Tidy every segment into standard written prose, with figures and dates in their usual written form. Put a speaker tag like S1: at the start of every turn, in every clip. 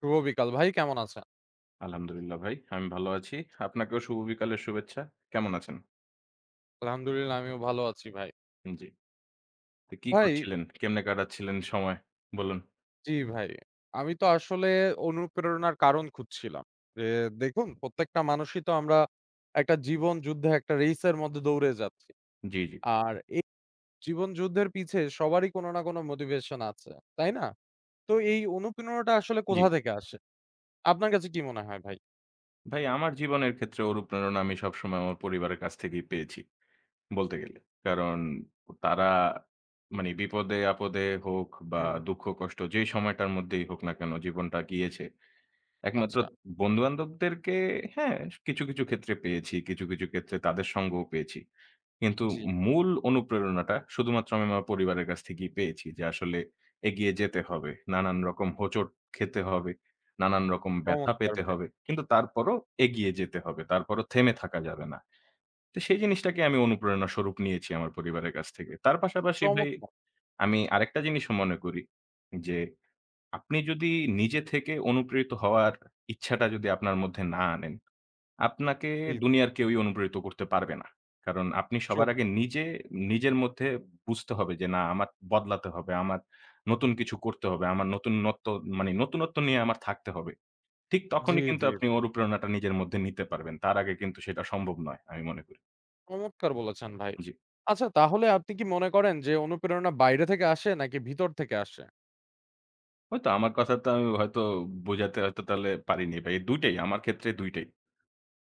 S1: শুভ বিকাল। ভাই কেমন আছেন?
S2: আলহামদুলিল্লাহ ভাই। আমি ভালো আছি। আপনাকেও শুভ বিকালের শুভেচ্ছা। কেমন আছেন?
S1: আলহামদুলিল্লাহ আমিও ভালো আছি ভাই।
S2: জি। তো কি
S1: ভাই
S2: করছিলেন? কেমনে কাটাচ্ছিলেন সময়? বলুন।
S1: জি ভাই। আমি তো আসলে অনুপ্রেরণার কারণ খুঁজছিলাম। যে দেখুন প্রত্যেকটা মানুষই তো আমরা একটা জীবন যুদ্ধে একটা রেইস এর মধ্যে দৌড়ে যাচ্ছি।
S2: জি, জি,
S1: আর এই জীবন যুদ্ধের পিছে সবারই কোনো না কোনো মোটিভেশন আছে। তাই না? তো এই অনুপ্রেরণাটা আসলে
S2: জি।
S1: কোথা থেকে আসে? আপনার কাছে কি মনে হয় ভাই?
S2: ভাই আমার জীবনের ক্ষেত্রে অনুপ্রেরণা আমি সবসময় আমার পরিবারের কাছ থেকেই পেয়েছি বলতে গেলে। কারণ তারা মানে বিপদে আপদে হোক বা
S1: হুম,
S2: দুঃখ কষ্ট যে সময়টার মধ্যেই হোক না কেন জীবনটা গিয়েছে একমাত্র
S1: আচ্ছা।
S2: বন্ধু-বান্ধবদেরকে হ্যাঁ, কিছু, কিছু ক্ষেত্রে পেয়েছি। কিছু, কিছু ক্ষেত্রে তাদের সঙ্গও পেয়েছি। কিন্তু
S1: জি,
S2: মূল অনুপ্রেরণাটা শুধুমাত্র আমি আমার পরিবারের কাছ থেকেই পেয়েছি যে আসলে এগিয়ে যেতে হবে। নানান রকম হোঁচট খেতে হবে, নানান রকম ব্যথা
S1: চমৎকার
S2: পেতে
S1: ভাই।
S2: হবে। কিন্তু তারপরও এগিয়ে যেতে হবে। তারপরও থেমে থাকা যাবে না। তো সেই জিনিসটাকে আমি অনুপ্রেরণা স্বরূপ নিয়েছি আমার পরিবারের কাছ থেকে। তার পাশাপাশি ভাই
S1: চমৎকার!
S2: আমি আরেকটা জিনিসও মনে করি যে আপনি যদি নিজে থেকে অনুপ্রেরিত হওয়ার ইচ্ছাটা যদি আপনার মধ্যে না আনেন, আপনাকে
S1: জি,
S2: দুনিয়ার কেউই অনুপ্রেরিত করতে পারবে না। কারণ আপনি সবার
S1: সত
S2: আগে নিজে, নিজের মধ্যে বুঝতে হবে যে না আমার বদলাতে হবে, আমার নতুন কিছু করতে হবে, আমার নতুনত্ব মানে নতুনত্ব নিয়ে আমার থাকতে হবে। ঠিক
S1: জি,
S2: তখনই কিন্তু
S1: জি,
S2: আপনি
S1: জি।
S2: অনুপ্রেরণাটা নিজের মধ্যে নিতে পারবেন। তার আগে কিন্তু সেটা সম্ভব নয়, আমি মনে করি।
S1: চমৎকার বলেছেন ভাই।
S2: জি।
S1: আচ্ছা তাহলে আপনি কি মনে করেন যে অনুপ্রেরণা বাইরে থেকে আসে নাকি ভিতর থেকে আসে?
S2: হয়তো আমার কথা তো আমি হয়তো বোঝাতে হয়তো তাহলে পারিনি বা এই ২ টাই, আমার ক্ষেত্রে ২ টাই।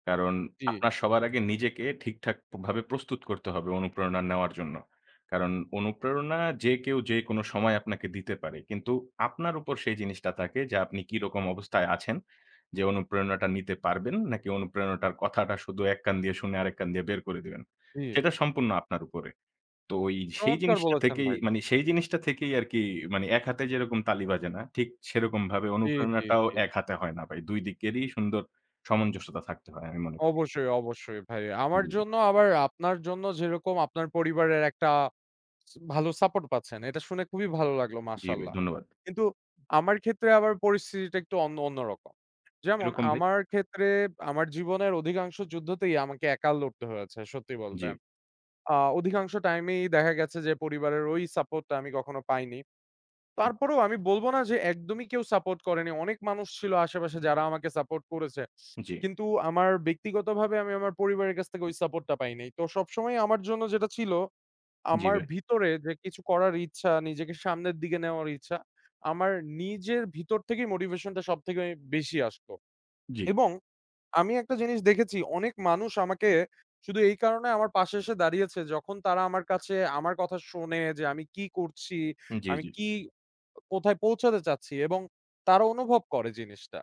S2: কারণ
S1: জি,
S2: আপনার সবার আগে নিজেকে ঠিকঠাক ভাবে প্রস্তুত করতে হবে অনুপ্রেরণা নেওয়ার জন্য। কারণ অনুপ্রেরণা যে কেউ যেকোনো সময় আপনাকে দিতে পারে। কিন্তু আপনার উপর সেই জিনিসটা থাকে যে আপনি কিরকম অবস্থায় আছেন, যে অনুপ্রেরণাটা নিতে পারবেন নাকি অনুপ্রেরণাটার কথাটা শুধু এক কান দিয়ে শুনে আরেক কান দিয়ে বের করে দিবেন।
S1: জি।
S2: সেটা সম্পূর্ণ আপনার উপরে। তো ওই সেই
S1: চমৎকার
S2: জিনিসটা
S1: বলেছেন
S2: থেকেই
S1: ভাই।
S2: মানে সেই জিনিসটা থেকেই আরকি মানে এক হাতে যেরকম তালি বাজে না, ঠিক সেরকমভাবে
S1: জি, জি,
S2: অনুপ্রেরণাটাও
S1: জি।
S2: এক হাতে হয় না ভাই। ২ দিকেরই সুন্দর সামঞ্জস্যতা থাকতে হয় আমি মনে করি।
S1: অবশ্যই, অবশ্যই ভাই।
S2: জি,
S1: আমার
S2: জি
S1: জন্য আবার আপনার জন্য যেরকম আপনার পরিবারের একটা ভালো সাপোর্ট পাচ্ছেন। এটা শুনে খুবই ভালো লাগলো
S2: জি ভাই
S1: মাশাআল্লাহ।
S2: ধন্যবাদ।
S1: কিন্তু আমার ক্ষেত্রে আবার পরিস্থিতিটা একটু অন্যরকম। যেমন
S2: কিরকম ভাই?
S1: আমার ক্ষেত্রে আমার জীবনের অধিকাংশ যুদ্ধতেই আমাকে একা লড়তে হয়েছে সত্যি বলতে।
S2: জি,
S1: আ অধিকাংশ টাইমেই দেখা গেছে যে পরিবারের ওই সাপোর্টটা আমি কখনো পাইনি। তারপরেও আমি বলব না যে একদমই কেউ সাপোর্ট করেনি। অনেক মানুষ ছিল আশেপাশে যারা আমাকে সাপোর্ট করেছে।
S2: জি,
S1: কিন্তু আমার ব্যক্তিগতভাবে আমি আমার পরিবারের কাছ থেকে ওই সাপোর্টটা পাই নাই। তো সবসময় আমার জন্য যেটা ছিল,
S2: জি
S1: আমার
S2: ভাই।
S1: ভিতরে যে কিছু করার ইচ্ছা, নিজেকে সামনের দিকে নেওয়ার ইচ্ছা, আমার নিজের ভিতর থেকেই মোটিভেশনটা সবথেকে বেশি আসতো
S2: জি,
S1: এবং আমি একটা জিনিস দেখেছি, অনেক মানুষ আমাকে শুধু এই কারণে আমার পাশে এসে দাঁড়িয়েছে, যখন তারা আমার কাছে আমার কথা শোনে যে আমি কি করছি,
S2: জি,
S1: আমি
S2: জি,
S1: কি কোথায় পৌঁছাতে চাচ্ছি এবং তারা অনুভব করে জিনিসটা।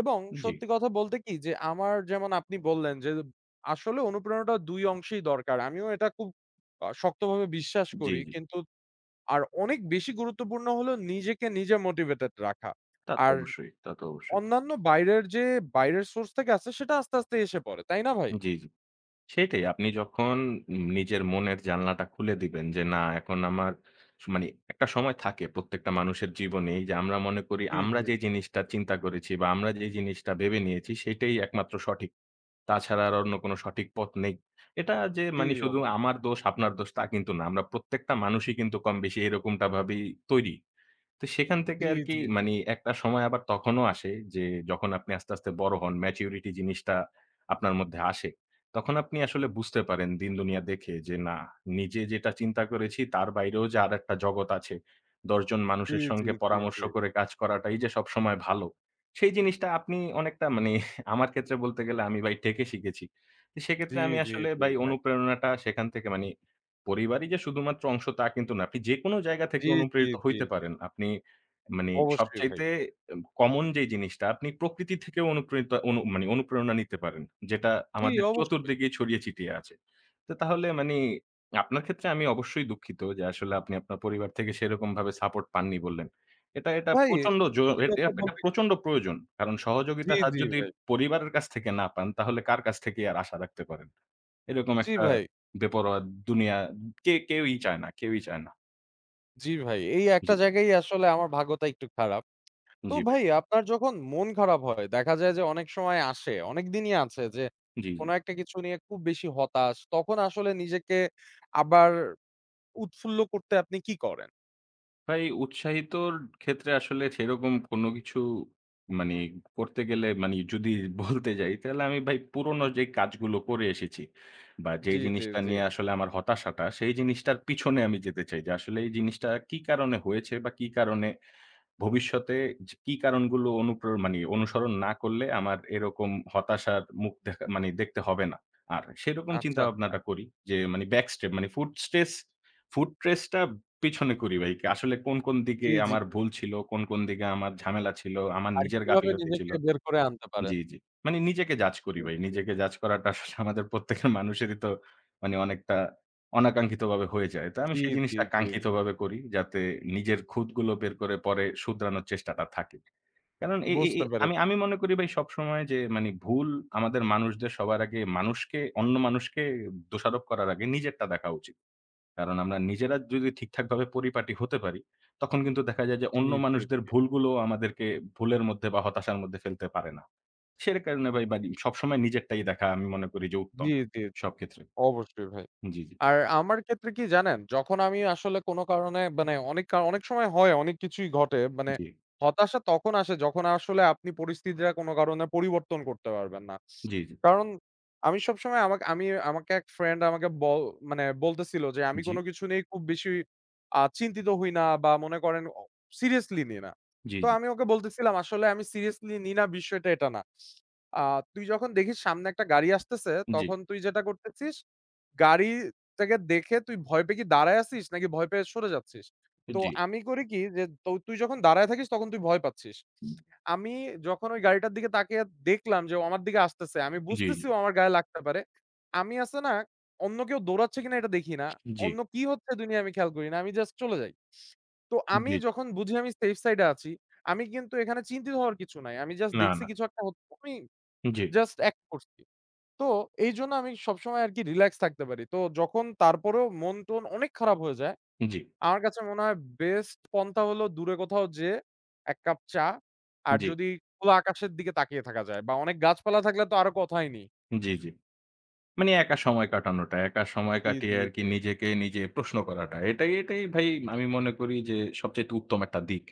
S1: এবং
S2: জি,
S1: সত্যি কথা বলতে কি যে আমার যেমন আপনি বললেন যে আসলে অনুপ্রেরণাটা ২ অংশেই দরকার। আমিও এটা খুব শক্তভাবে বিশ্বাস
S2: জি,
S1: করি।
S2: জি। জি
S1: কিন্তু আর অনেক বেশি গুরুত্বপূর্ণ হলো নিজেকে নিজে মোটিভেটেড রাখা।
S2: তা তো
S1: আর
S2: অবশ্যই, তা তো অবশ্যই।
S1: অন্যান্য বাইরের সোর্স থেকে আসছে সেটা আস্তে, আস্তে এসে পড়ে। তাই না ভাই?
S2: জি, জি। সেটাই। আপনি যখন নিজের মনের জানলাটা খুলে দিবেন যে, না এখন আমার মানে একটা সময় থাকে প্রত্যেকটা মানুষের জীবনেই যে আমরা মনে করি
S1: জি,
S2: আমরা
S1: জি,
S2: যে
S1: জি।
S2: জিনিসটা চিন্তা করেছি বা আমরা যে জিনিসটা ভেবে নিয়েছি সেটাই একমাত্র সঠিক। তাছাড়া আর অন্য কোনো সঠিক পথ নেই। এটা যে
S1: জি,
S2: মানে
S1: অব
S2: শুধু আমার দোষ, আপনার দোষ তা কিন্তু না। আমরা প্রত্যেকটা মানুষই কিন্তু কম বেশি এরকমটা ভাবেই তৈরি। তো সেখান থেকে
S1: জি,
S2: আরকি
S1: জি,
S2: মানি একটা সময় আবার তখনও আসে যে যখন আপনি আস্তে, আস্তে বড় হন, ম্যাচুরিটি জিনিসটা আপনার মধ্যে আসে। তখন আপনি আসলে বুঝতে পারেন দিন-দুনিয়া দেখে যে না, নিজে যেটা চিন্তা করেছি তার বাইরেও যে আরেকটা জগৎ আছে। ১০ জন
S1: জি,
S2: মানুষের
S1: জি,
S2: সঙ্গে
S1: জি, জি,
S2: পরামর্শ করে কাজ করাটাই যে সবসময় ভালো। সেই জিনিসটা আপনি অনেকটা মানে আমার ক্ষেত্রে বলতে গেলে আমি ভাই ঠেকে শিখেছি। তো
S1: জি,
S2: সেক্ষেত্রে আমি
S1: জি,
S2: আসলে
S1: জি
S2: ভাই
S1: ভাই।
S2: অনুপ্রেরণাটা সেখান থেকে মানি পরিবারই যে শুধুমাত্র অংশ তা কিন্তু না। আপনি যেকোনো জায়গা থেকে
S1: জি, জি,
S2: অনুপ্রেরিত
S1: জি।
S2: হইতে পারেন। আপনি মানে
S1: অবশ্যই ভাই।
S2: সবচাইতে এম কমন যে জিনিসটা আপনি প্রকৃতি থেকেও অনুপ্রেরিত মানে অনুপ্রেরণা নিতে পারেন। যেটা
S1: জি,
S2: আমাদের
S1: অবশ্যই।
S2: চতুর্দিকে ছড়িয়ে ছিটিয়ে আছে। তো তাহলে মানি আপনার ক্ষেত্রে আমি অবশ্যই দুঃখিত যে আসলে আপনি আপনার পরিবার থেকে সেরকমভাবে সাপোর্ট পাননি বললেন। এটা এটা
S1: ভাই
S2: প্রচন্ড জ
S1: সত্যি
S2: এটা
S1: কথা
S2: এটা
S1: বলতে
S2: প্রচন্ড প্রয়োজন। কারণ
S1: জি,
S2: সহযোগিতার হাত
S1: জি
S2: যদি
S1: ভাই।
S2: পরিবারের কাছ থেকে না পান তাহলে কার কাছ থেকে আর আশা রাখতে পারেন? এরকম
S1: জি
S2: একটা
S1: ভাই,
S2: বেপরোয়া দুনিয়া কে কেউই চায় না, কেউই চায় না।
S1: জি ভাই। এই একটা
S2: জি,
S1: জায়গায়ই আসলে আমার ভাগ্যটা একটু খারাপ। তো
S2: জি ভাই।
S1: ভাই আপনার যখন মন খারাপ হয় দেখা যায় যে অনেক সময় আসে, অনেকদিনই আছে যে
S2: জি, জি।
S1: কোন একটা কিছু নিয়ে খুব বেশি হতাশ। তখন আসলে নিজেকে আবার উৎফুল্ল করতে আপনি কি করেন?
S2: ভাই উৎসাহিতর ক্ষেত্রে আসলে সেরকম কোনো কিছু মানে করতে গেলে মানে যদি বলতে যাই তাহলে আমি ভাই পুরনো যে কাজগুলো করে এসেছি বা যেই
S1: জি, জি,
S2: জিনিসটা
S1: জি।
S2: নিয়ে আসলে আমার হতাশাটা সেই জিনিসটার পিছনে আমি যেতে চাই যে আসলে এই জিনিসটা কি কারণে হয়েছে বা কি কারণে ভবিষ্যতে যে কি কারণগুলো মানে অনুসরণ না করলে আমার এরকম হতাশার মুখ দেখা মানে দেখতে হবে না। আর সেরকম
S1: আচ্ছা, আচ্ছা।
S2: চিন্তাভাবনাটা করি যে মানে ব্যাক স্টেপ মানে ফুট স্ট্রেস ফুট ট্রেস টা পিছনে করি ভাই। আসলে কোন, কোন দিকে
S1: জি, জি।
S2: আমার ভুল ছিল, কোন, কোন দিকে আমার ঝামেলা ছিল, আমার
S1: আর
S2: নিজের
S1: কিভাবে
S2: গাফিলতি ছিল।
S1: নিজেকে বের করে আনতে
S2: জি,
S1: পারেন?
S2: জি। মানে নিজেকে জাজ করি
S1: জি,
S2: ভাই। নিজেকে জাজ করাটা আসলে আমাদের প্রত্যেকের মানুষেরই তো মানে অনেকটা অনাকাঙ্ক্ষিতভাবে হয়ে যায়। তো আমি
S1: জি,
S2: সেই
S1: জি,
S2: জিনিসটা
S1: জি। জি।
S2: কাঙ্ক্ষিতভাবে করি যাতে নিজের খুঁতগুলো বের করে পরে শুধরানোর চেষ্টাটা থাকে। কারণ এই এই
S1: বুঝতে
S2: এই আমি
S1: পেরেছি।
S2: আমি মনে করি ভাই সবসময় যে মানে ভুল আমাদের মানুষদের সবার আগে মানুষকে অন্য মানুষকে দোষারোপ করার আগে নিজেরটা দেখা উচিত। কারণ আমরা নিজেরা যদি ঠিকঠাকভাবে পরিপাটি হতে পারি, তখন কিন্তু দেখা যায় যে
S1: জি,
S2: অন্য
S1: জি,
S2: মানুষদের ভুলগুলোও আমাদেরকে ভুলের মধ্যে বা হতাশার মধ্যে ফেলতে পারে না। সে কারণে ভাই বাড়ি সবসময় নিজেরটাই দেখা আমি মনে করি যে
S1: জি,
S2: উত্তম।
S1: জি, জি।
S2: সব ক্ষেত্রে।
S1: অবশ্যই ভাই।
S2: জি, জি,
S1: আর আমার ক্ষেত্রে কি জানেন? যখন আমি আসলে কোনো কারণে মানে অনেক অনেক সময় হয়, অনেক কিছুই ঘটে। মানে
S2: জি,
S1: হতাশা তখন আসে যখন আসলে আপনি পরিস্থিতিটা কোনো কারণে পরিবর্তন করতে পারবেন না।
S2: জি,
S1: কারণ আমি সবসময় আমাকে এক ফ্রেন্ড আমাকে মানে বলতেছিল যে, "আমি
S2: জি,
S1: কোন
S2: জি,
S1: কিছু নিয়ে খুব বেশি চিন্তিত হই না বা মনে করেন সিরিয়াসলি নিই না।"
S2: জি,
S1: তো
S2: জি,
S1: আমি ওকে বলতেছিলাম, "আসলে আমি সিরিয়াসলি নিই না বিষয়টা এটা না। আ তুই যখন দেখিস সামনে একটা গাড়ি আসতেছে,
S2: জি,
S1: তখন তুই যেটা করতেছিস, গাড়িটাকে দেখে তুই ভয় পেয়ে কি দাঁড়ায় আছিস নাকি ভয় পেয়ে সরে যাচ্ছিস?" তো আমি করি কি যে, তো তুই যখন দাঁড়ায় থাকিস তখন তুই ভয় পাচ্ছিস। আমি যখন ওই গাড়িটার দিকে তাকিয়ে দেখলাম যে, ও আমার দিকে আসতেছে। আমি
S2: জি,
S1: বুঝতেছি ও আমার গায়ে লাগতে পারে। আমি আছে না, অন্য কেউ দৌড়াচ্ছে কিনা এটা দেখি না।
S2: জি,
S1: অন্য কি হচ্ছে দুনিয়া আমি খেয়াল করি না। আমি জাস্ট চলে যাই। তো আমি
S2: জি। জি
S1: যখন বুঝি আমি সেফ সাইড এ আছি, আমি কিন্তু এখানে চিন্তিত হওয়ার কিছু নাই। আমি জাস্ট
S2: না,
S1: দেখছি
S2: না।
S1: কিছু একটা হচ্ছে। আমি
S2: জি,
S1: জাস্ট অ্যাক্ট করছি। তো এইজন্য আমি সবসময় আরকি রিল্যাক্স থাকতে পারি। তো যখন তারপরেও মন-টন অনেক খারাপ হয়ে যায়
S2: জি,
S1: আমার কাছে মনে হয় বেস্ট পন্থা হলো দূরে কোথাও যেয়ে ১ কাপ চা। আর
S2: জি,
S1: যদি খোলা আকাশের দিকে তাকিয়ে থাকা যায় বা অনেক গাছপালা থাকলে তো আরো কথাই নেই।
S2: জি, জি। মানে একা সময় কাটানোটা। একা সময়
S1: জি,
S2: কাটিয়ে
S1: জি,
S2: আরকি
S1: জি।
S2: নিজেকে নিজে প্রশ্ন করাটা। এটাই, এটাই ভাই আমি মনে করি যে সবচাইতে উত্তম একটা দিক।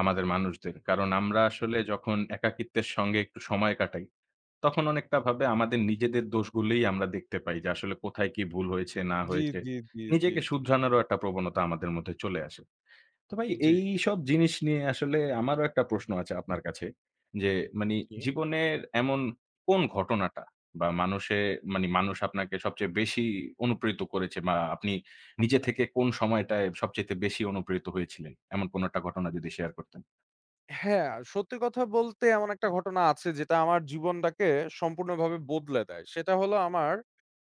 S2: আমাদের মানুষদের। কারণ আমরা আসলে যখন একাকিত্বের সঙ্গে একটু সময় কাটাই, তখন অনেকটা ভাবে আমাদের নিজেদের দোষগুলোই আমরা দেখতে পাই যে আসলে কোথায় কি ভুল হয়েছে না
S1: জি,
S2: হয়েছে।
S1: জি, জি, জি,
S2: নিজেকে
S1: জি।
S2: শুধরানোরও একটা প্রবণতা আমাদের মধ্যে চলে আসে। তো ভাই
S1: জি।
S2: এইসব জিনিস নিয়ে আসলে আমারও একটা প্রশ্ন আছে আপনার কাছে। যে মানি
S1: জি।
S2: জীবনের এমন কোন ঘটনাটা বা মানি মানুষ আপনাকে সবচেয়ে বেশি অনুপ্রেরিত করেছে বা আপনি নিজে থেকে কোন সময়টায় সবচাইতে বেশি অনুপ্রেরিত হয়েছিলেন? এমন কোন একটা ঘটনা যদি শেয়ার করতেন।
S1: হ্যাঁ, সত্যি কথা বলতে এমন একটা ঘটনা আছে যেটা আমার জীবনটাকে সম্পূর্ণভাবে বদলে দেয়। সেটা হলো আমার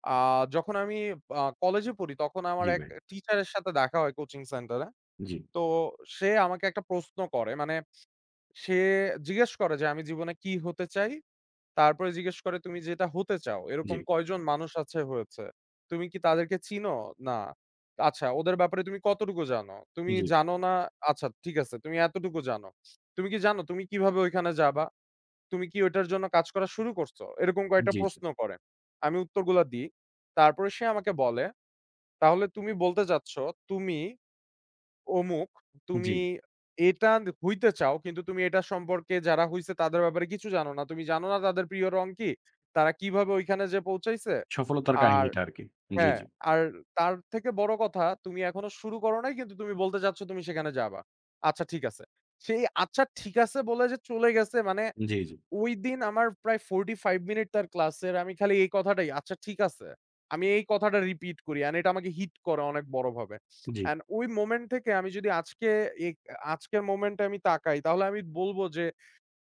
S1: আ যখন আমি কলেজে পড়ি তখন আমার
S2: জি
S1: এক
S2: ভাই।
S1: টিচারের সাথে দেখা হয় কোচিং সেন্টারে।
S2: জি,
S1: তো সে আমাকে একটা প্রশ্ন করে মানে সে জিজ্ঞেস করে যে, "আমি জীবনে কি হতে চাই?" তারপরে জিজ্ঞেস করে, "তুমি যেটা হতে চাও,
S2: জি,
S1: এরকম কয়জন মানুষ আছে হয়েছে? তুমি কি তাদেরকে চিনো? না। আচ্ছা, ওদের ব্যাপারে তুমি কতটুকু জানো? তুমি
S2: জি,
S1: জানো না? আচ্ছা, ঠিক আছে, তুমি এতটুকু জানো। তুমি কি জানো তুমি কিভাবে ওইখানে যাবা? তুমি কি ওইটার জন্য কাজ করা শুরু করছো?" এরকম কয়েকটা
S2: জি, জি,
S1: প্রশ্ন করে। আমি উত্তরগুলা দিই। তারপরে সে আমাকে বলে, "তাহলে তুমি বলতে চাচ্ছ, তুমি" অমুক, তুমি
S2: জি।
S1: এটা হইতে চাও কিন্তু তুমি এটা সম্পর্কে যারা হইছে তাদের ব্যাপারে কিছু জানো না। তুমি জানো না তাদের প্রিয় রং কি? তারা কিভাবে ওইখানে যেয়ে পৌঁছাইছে?
S2: সফলতার
S1: আর
S2: কাহিনীটা আরকি। জি,
S1: হ্যাঁ,
S2: জি,
S1: আর তার থেকে বড় কথা তুমি এখনো শুরু করো নাই কিন্তু তুমি বলতে চাচ্ছ তুমি সেখানে যাবা। আচ্ছা ঠিক আছে। সেই আচ্ছা ঠিক আছে বলে যে চলে গেছে মানে
S2: জি,
S1: ওইদিন আমার প্রায় ৪৫ মিনিট তার ক্লাসের আমি খালি এই কথাটাই, "আচ্ছা ঠিক আছে।" আমি এই কথাটা রিপিট করি অ্যান্ড এটা আমাকে হিট করে অনেক বড়ভাবে।
S2: জি, জি,
S1: অ্যান্ড ওই মোমেন্ট থেকে আমি যদি আজকে এ আজকের মোমেন্টে আমি তাকাই তাহলে আমি বলব যে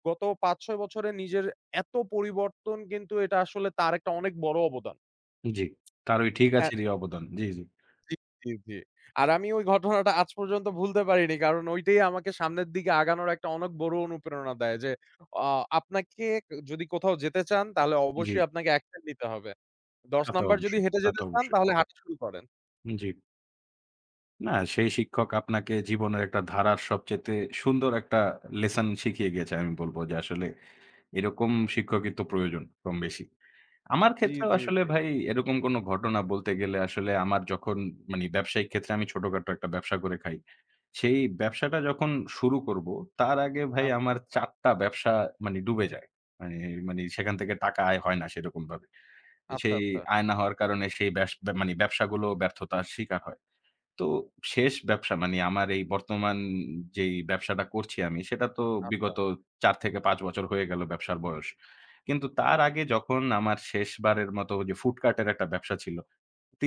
S1: গত ৫-৬ বছরে নিজের এত পরিবর্তন কিন্তু এটা আসলে তার একটা অনেক বড় অবদান।
S2: জি। তার ওই ঠিক আছেরই অবদান। জি, জি,
S1: জি, জি, জি। আর আমি ওই ঘটনাটা আজ পর্যন্ত ভুলতে পারিনি। কারণ ওইটাই আমাকে সামনের দিকে আগানোর একটা অনেক বড় অনুপ্রেরণা দেয় যে, আ আপনাকে যদি কোথাও যেতে চান তাহলে
S2: জি,
S1: অবশ্যই
S2: জি।
S1: আপনাকে অ্যাকশন নিতে হবে। ১০
S2: তা তো
S1: নাম্বার যদি
S2: অবশ্যই,
S1: হেঁটে
S2: তা তো
S1: যেতে চান
S2: অবশ্যই।
S1: তাহলে হাঁটা শুরু করেন।
S2: জি। না সেই শিক্ষক আপনাকে জীবনের একটা ধারার সবচাইতে সুন্দর একটা লেসন শিখিয়ে গেছে আমি বলব যে আসলে এরকম শিক্ষকই তো প্রয়োজন কম বেশি। আমার
S1: জি,
S2: ক্ষেত্রেও
S1: জি,
S2: আসলে
S1: জি।
S2: ভাই এরকম কোনো ঘটনা বলতে গেলে আসলে আমার যখন মানে ব্যবসায়িক ক্ষেত্রে আমি ছোটখাটো একটা ব্যবসা করে খাই। সেই ব্যবসাটা যখন শুরু করব, তার আগে ভাই
S1: আচ্ছা,
S2: আমার
S1: আচ্ছা।
S2: ৪ টা ব্যবসা মানে ডুবে যায়। মানে মানে সেখান থেকে টাকা আয় হয় না সেরকমভাবে।
S1: আচ্ছা,
S2: সেই
S1: আচ্ছা,
S2: আয় না হওয়ার কারণে সেই মানে ব্যবসাগুলো ব্যর্থতার শিকার হয়। তো শেষ ব্যবসা মানে আমার এই বর্তমান যেই ব্যবসাটা করছি আমি, সেটা তো
S1: আচ্ছা।
S2: বিগত ৪ থেকে ৫ বছর হয়ে গেল ব্যবসার বয়স। কিন্তু তার আগে যখন আমার শেষবারের মতো যে ফুটকার্টের একটা ব্যবসা ছিল,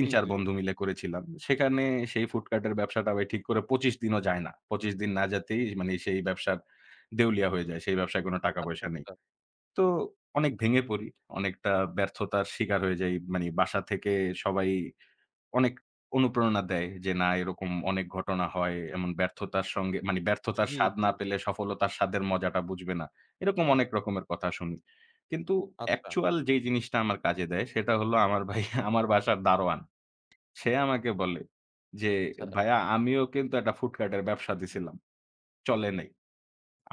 S1: জি, জি।
S2: বন্ধু মিলে করেছিলাম। সেখানে সেই ফুটকার্টের ব্যবসাটা ভাই ঠিক করে ২৫ দিনও যায় না। ২৫ দিন না যেতেই মানে সেই ব্যবসার দেউলিয়া হয়ে যায়। সেই ব্যবসায় কোনো টাকা
S1: আচ্ছা,
S2: পয়সা নেই।
S1: আচ্ছা।
S2: তো অনেক ভেঙে পড়ি। অনেকটা ব্যর্থতার শিকার হয়ে যাই। মানে বাসা থেকে সবাই অনেক অনুপ্রেরণা দেয় যে না এরকম অনেক ঘটনা হয়। এমন ব্যর্থতার সঙ্গে মানে ব্যর্থতার
S1: জি,
S2: স্বাদ
S1: জি।
S2: না পেলে সফলতার স্বাদের মজাটা বুঝবে না। এরকম অনেক রকমের কথা শুনি। কিন্তু
S1: আচ্ছা,
S2: অ্যাকচুয়াল যেই জিনিসটা আমার কাজে দেয় সেটা হলো আমার ভাই আমার বাসার দারোয়ান। সে আমাকে বলে যে,
S1: আচ্ছা,
S2: "ভাইয়া আমিও কিন্তু একটা ফুটপাতের ব্যবসা দিছিলাম। চলে নাই।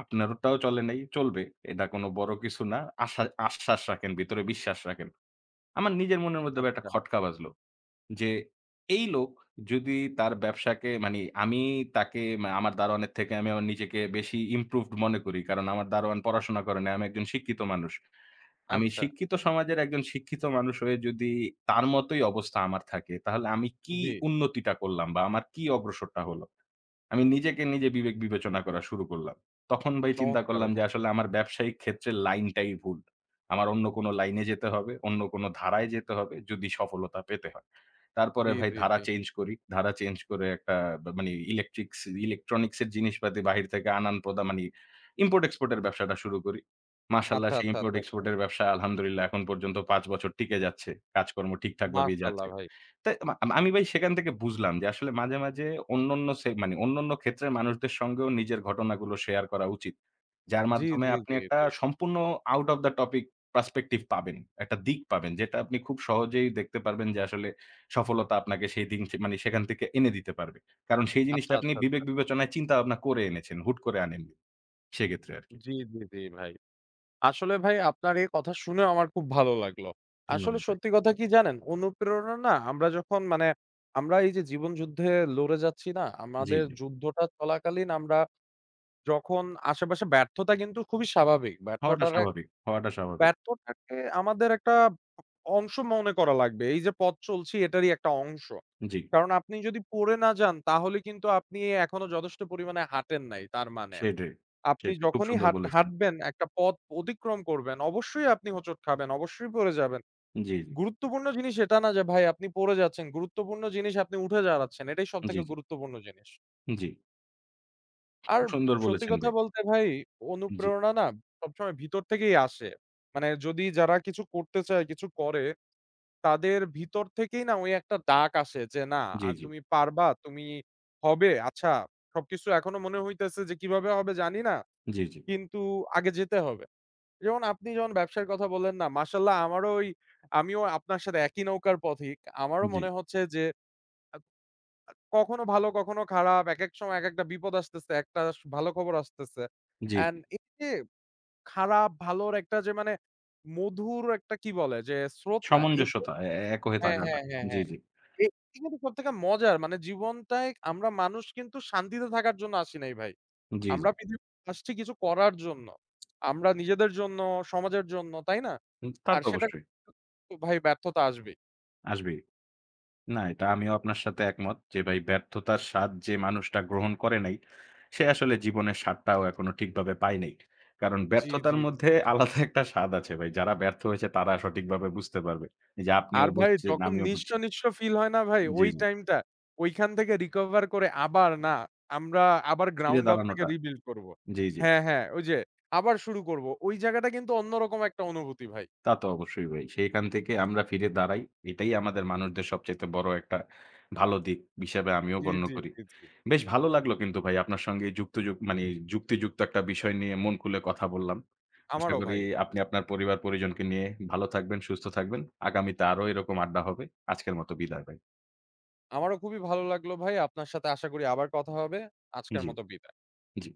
S2: আপনারটাও চলে নাই, চলবে। এটা কোনো বড় কিছু না। আশা আশ্বাস রাখেন, ভিতরে বিশ্বাস রাখেন।" আমার নিজের মনের মধ্যে আবার একটা
S1: আচ্ছা,
S2: খটকা বাজল। যে এই লোক যদি তার ব্যবসাকে মানে আমি তাকে আমার দারোয়ানের থেকে আমি আমার নিজেকে বেশি improved মনে করি। কারণ আমার দারোয়ান পড়াশোনা করে নাই। আমি একজন শিক্ষিত মানুষ। আমি
S1: আচ্ছা।
S2: শিক্ষিত সমাজের একজন শিক্ষিত মানুষ হয়ে যদি তার মতোই অবস্থা আমার থাকে, তাহলে আমি কি
S1: জি।
S2: উন্নতিটা করলাম বা আমার কি অগ্রসরটা হলো? আমি নিজেকে নিজে বিবেক বিবেচনা করা শুরু করলাম। তখন ভাই চিন্তা
S1: চমৎকার
S2: করলাম যে
S1: ভাই।
S2: আসলে আমার ব্যবসায়িক ক্ষেত্রের লাইনটাই ভুল। আমার অন্য কোনো লাইনে যেতে হবে, অন্য কোনো ধারায় যেতে হবে যদি সফলতা পেতে হয়। তারপরে
S1: জি,
S2: ভাই
S1: জি,
S2: ধারা
S1: জি।
S2: চেঞ্জ করি। ধারা চেঞ্জ করে একটা বা মানে ইলেকট্রনিক্স এর জিনিসপাতি বাহির থেকে আনান প্রদা মানি ইম্পোর্ট এক্সপোর্ট এর ব্যবসাটা শুরু করি। মাশাআল্লাহ
S1: আচ্ছা,
S2: সেই
S1: আচ্ছা,
S2: ইম্পোর্ট
S1: আচ্ছা, আচ্ছা।
S2: এক্সপোর্ট এর ব্যবসা আলহামদুলিল্লাহ এখন পর্যন্ত ৫ বছর টিকে যাচ্ছে। কাজকর্ম ঠিকঠাকভাবেই
S1: মাশাআল্লাহ
S2: যাচ্ছে।
S1: ভাই।
S2: তাই আমি ভাই সেখান থেকে বুঝলাম যে আসলে মাঝে, মাঝে অন্যান্য মানে অন্যান্য ক্ষেত্রের মানুষদের সঙ্গেও নিজের ঘটনাগুলো শেয়ার করা উচিত। যার
S1: জি,
S2: মাধ্যমে
S1: জি,
S2: আপনি
S1: জি,
S2: একটা
S1: জি।
S2: সম্পূর্ণ out of the topic perspective পাবেন। একটা দিক পাবেন যেটা আপনি খুব সহজেই দেখতে পারবেন যে আসলে সফলতা আপনাকে সেই দিন থে মানে সেখান থেকে এনে দিতে পারবে। কারণ সেই
S1: আচ্ছা,
S2: জিনিসটা আপনি
S1: আচ্ছা। আচ্ছা।
S2: বিবেক বিবেচনায় চিন্তা ভাবনা করে এনেছেন, হুট করে আনেননি। সেক্ষেত্রে আরকি।
S1: জি, জি, জি, ভাই। আসলে ভাই আপনার এই কথা শুনে আমার খুব ভালো লাগলো।
S2: ধন্যবাদ
S1: আসলে
S2: ভাই।
S1: সত্যি কথা কি জানেন? অনুপ্রেরণা না আমরা যখন মানে আমরা এই যে জীবন যুদ্ধে লড়ে যাচ্ছি না?
S2: জি,
S1: আমাদের
S2: জি।
S1: যুদ্ধটা চলাকালীন আমরা যখন আশেপাশে ব্যর্থতা কিন্তু খুবই স্বাভাবিক।
S2: হওয়াটা স্বাভাবিক, হওয়াটা স্বাভাবিক।
S1: ব্যর্থটাকে আমাদের একটা অংশ মনে করা লাগবে। এই যে পথ চলছি এটারই একটা অংশ।
S2: জি,
S1: কারণ আপনি যদি পড়ে না যান তাহলে কিন্তু আপনি এখনো যথেষ্ট পরিমাণে হাঁটেন নাই তার মানে।
S2: সেটাই,
S1: আপনি
S2: সেটাই। খুব
S1: যখনই
S2: সুন্দর বলেছেন।
S1: হাঁটবেন, একটা পথ অতিক্রম করবেন, অবশ্যই আপনি হোঁচট খাবেন, অবশ্যই পড়ে যাবেন।
S2: জি, জি,
S1: গুরুত্বপূর্ণ জিনিস এটা না যে ভাই আপনি পড়ে যাচ্ছেন, গুরুত্বপূর্ণ জিনিস আপনি উঠে দাঁড়াচ্ছেন। এটাই
S2: জি,
S1: সবথেকে
S2: জি,
S1: গুরুত্বপূর্ণ জিনিস।
S2: জি।
S1: আর
S2: খুব সুন্দর
S1: সত্যি
S2: বলেছেন
S1: কথা
S2: ভাই।
S1: বলতে ভাই
S2: জি,
S1: অনুপ্রেরণা না সবসময় ভিতর থেকেই আসে। মানে যদি যারা কিছু করতে চায়, কিছু করে, তাদের ভিতর থেকেই না ওই একটা ডাক আসে যে, "না
S2: জি, জি, জি,
S1: তুমি পারবা, তুমি হবে। আচ্ছা, সবকিছু এখনো মনে হইতেছে যে কিভাবে হবে জানি না,
S2: জি,
S1: কিন্তু আগে যেতে হবে।" যেমন আপনি যখন ব্যবসার কথা বললেন না, মাশাআল্লাহ আমারও ওই আমিও আপনার সাথে একই নৌকার পথিক। আমারও
S2: জি,
S1: মনে হচ্ছে যে কখনো ভালো, কখনো খারাপ। একেক সময় একেকটা বিপদ আসতেছে, একটা ভালো খবর আসতেছে।
S2: জি,
S1: অ্যান্ড
S2: জি।
S1: এই যে খারাপ ভালোর একটা যে মানে মধুর একটা কি বলে যে স্রোত না এতে
S2: সামঞ্জস্যতা এ এক হয়ে
S1: হ্যাঁ,
S2: থাকাটা।
S1: হ্যাঁ, হ্যাঁ,
S2: জি,
S1: হ্যাঁ।
S2: জি,
S1: এটা কিন্তু সবথেকে মজার। মানে জীবনটায় আমরা মানুষ কিন্তু শান্তিতে থাকার জন্য আসি নাই ভাই।
S2: জি, জি।
S1: আমরা পৃথিবীতে আসছি কিছু করার জন্য। আমরা নিজেদের জন্য, সমাজের জন্য, তাই না?
S2: তা
S1: আর
S2: তো
S1: সেটা
S2: অবশ্যই
S1: তো ভাই ব্যর্থতা আসবেই।
S2: আসবেই। না, এটা আমিও আপনার সাথে একমত যে ভাই ব্যর্থতার স্বাদ যে মানুষটা গ্রহণ করে নাই, সে আসলে জীবনের স্বাদটাও এখনো ঠিকভাবে পায় নাই। কারণ
S1: জি,
S2: ব্যর্থতার
S1: জি, জি।
S2: মধ্যে আলাদা একটা স্বাদ আছে ভাই। যারা ব্যর্থ হয়েছে তারা সঠিকভাবে বুঝতে পারবে। এই যে আপনিও
S1: আর ভাই
S2: বুঝছেন,
S1: যখন
S2: আমিও
S1: নিঃস্ব,
S2: বুঝছি।
S1: নিঃস্ব ফিল হয় না ভাই
S2: জি,
S1: ওই
S2: জি।
S1: টাইমটা, ওইখান থেকে রিকভার করে আবার না, আমরা আবার
S2: ফিরে
S1: গ্রাউন্ড আপ থেকে
S2: দাঁড়ানোটা
S1: রিবিল্ড করব।
S2: জি, জি।
S1: হ্যাঁ, হ্যাঁ, ওই যে আবার শুরু করব। ওই জায়গাটা কিন্তু অন্যরকম একটা অনুভূতি ভাই।
S2: তা তো অবশ্যই ভাই। সেইখান থেকে আমরা ফিরে দাঁড়াই। এটাই আমাদের মানুষদের সবচাইতে বড় একটা ভালো দিক হিসাবে আমিও
S1: জি,
S2: গণ্য
S1: জি,
S2: করি।
S1: জি, জি।
S2: বেশ ভালো লাগলো কিন্তু ভাই আপনার সঙ্গে এই যুক্ত যুক মানে যুক্তিযুক্ত একটা বিষয় নিয়ে মন খুলে কথা বললাম। আশা
S1: আমারও
S2: করি
S1: ভাই।
S2: আপনি আপনার পরিবার-পরিজনকে নিয়ে ভালো থাকবেন, সুস্থ থাকবেন। আগামীতে আরো এরকম আড্ডা হবে। আজকের মতো বিদায় ভাই।
S1: আমারও খুবই ভালো লাগলো ভাই। আপনার সাথে আশা করি আবার কথা হবে। আজকের
S2: জি,
S1: মতো বিদায়।
S2: জি।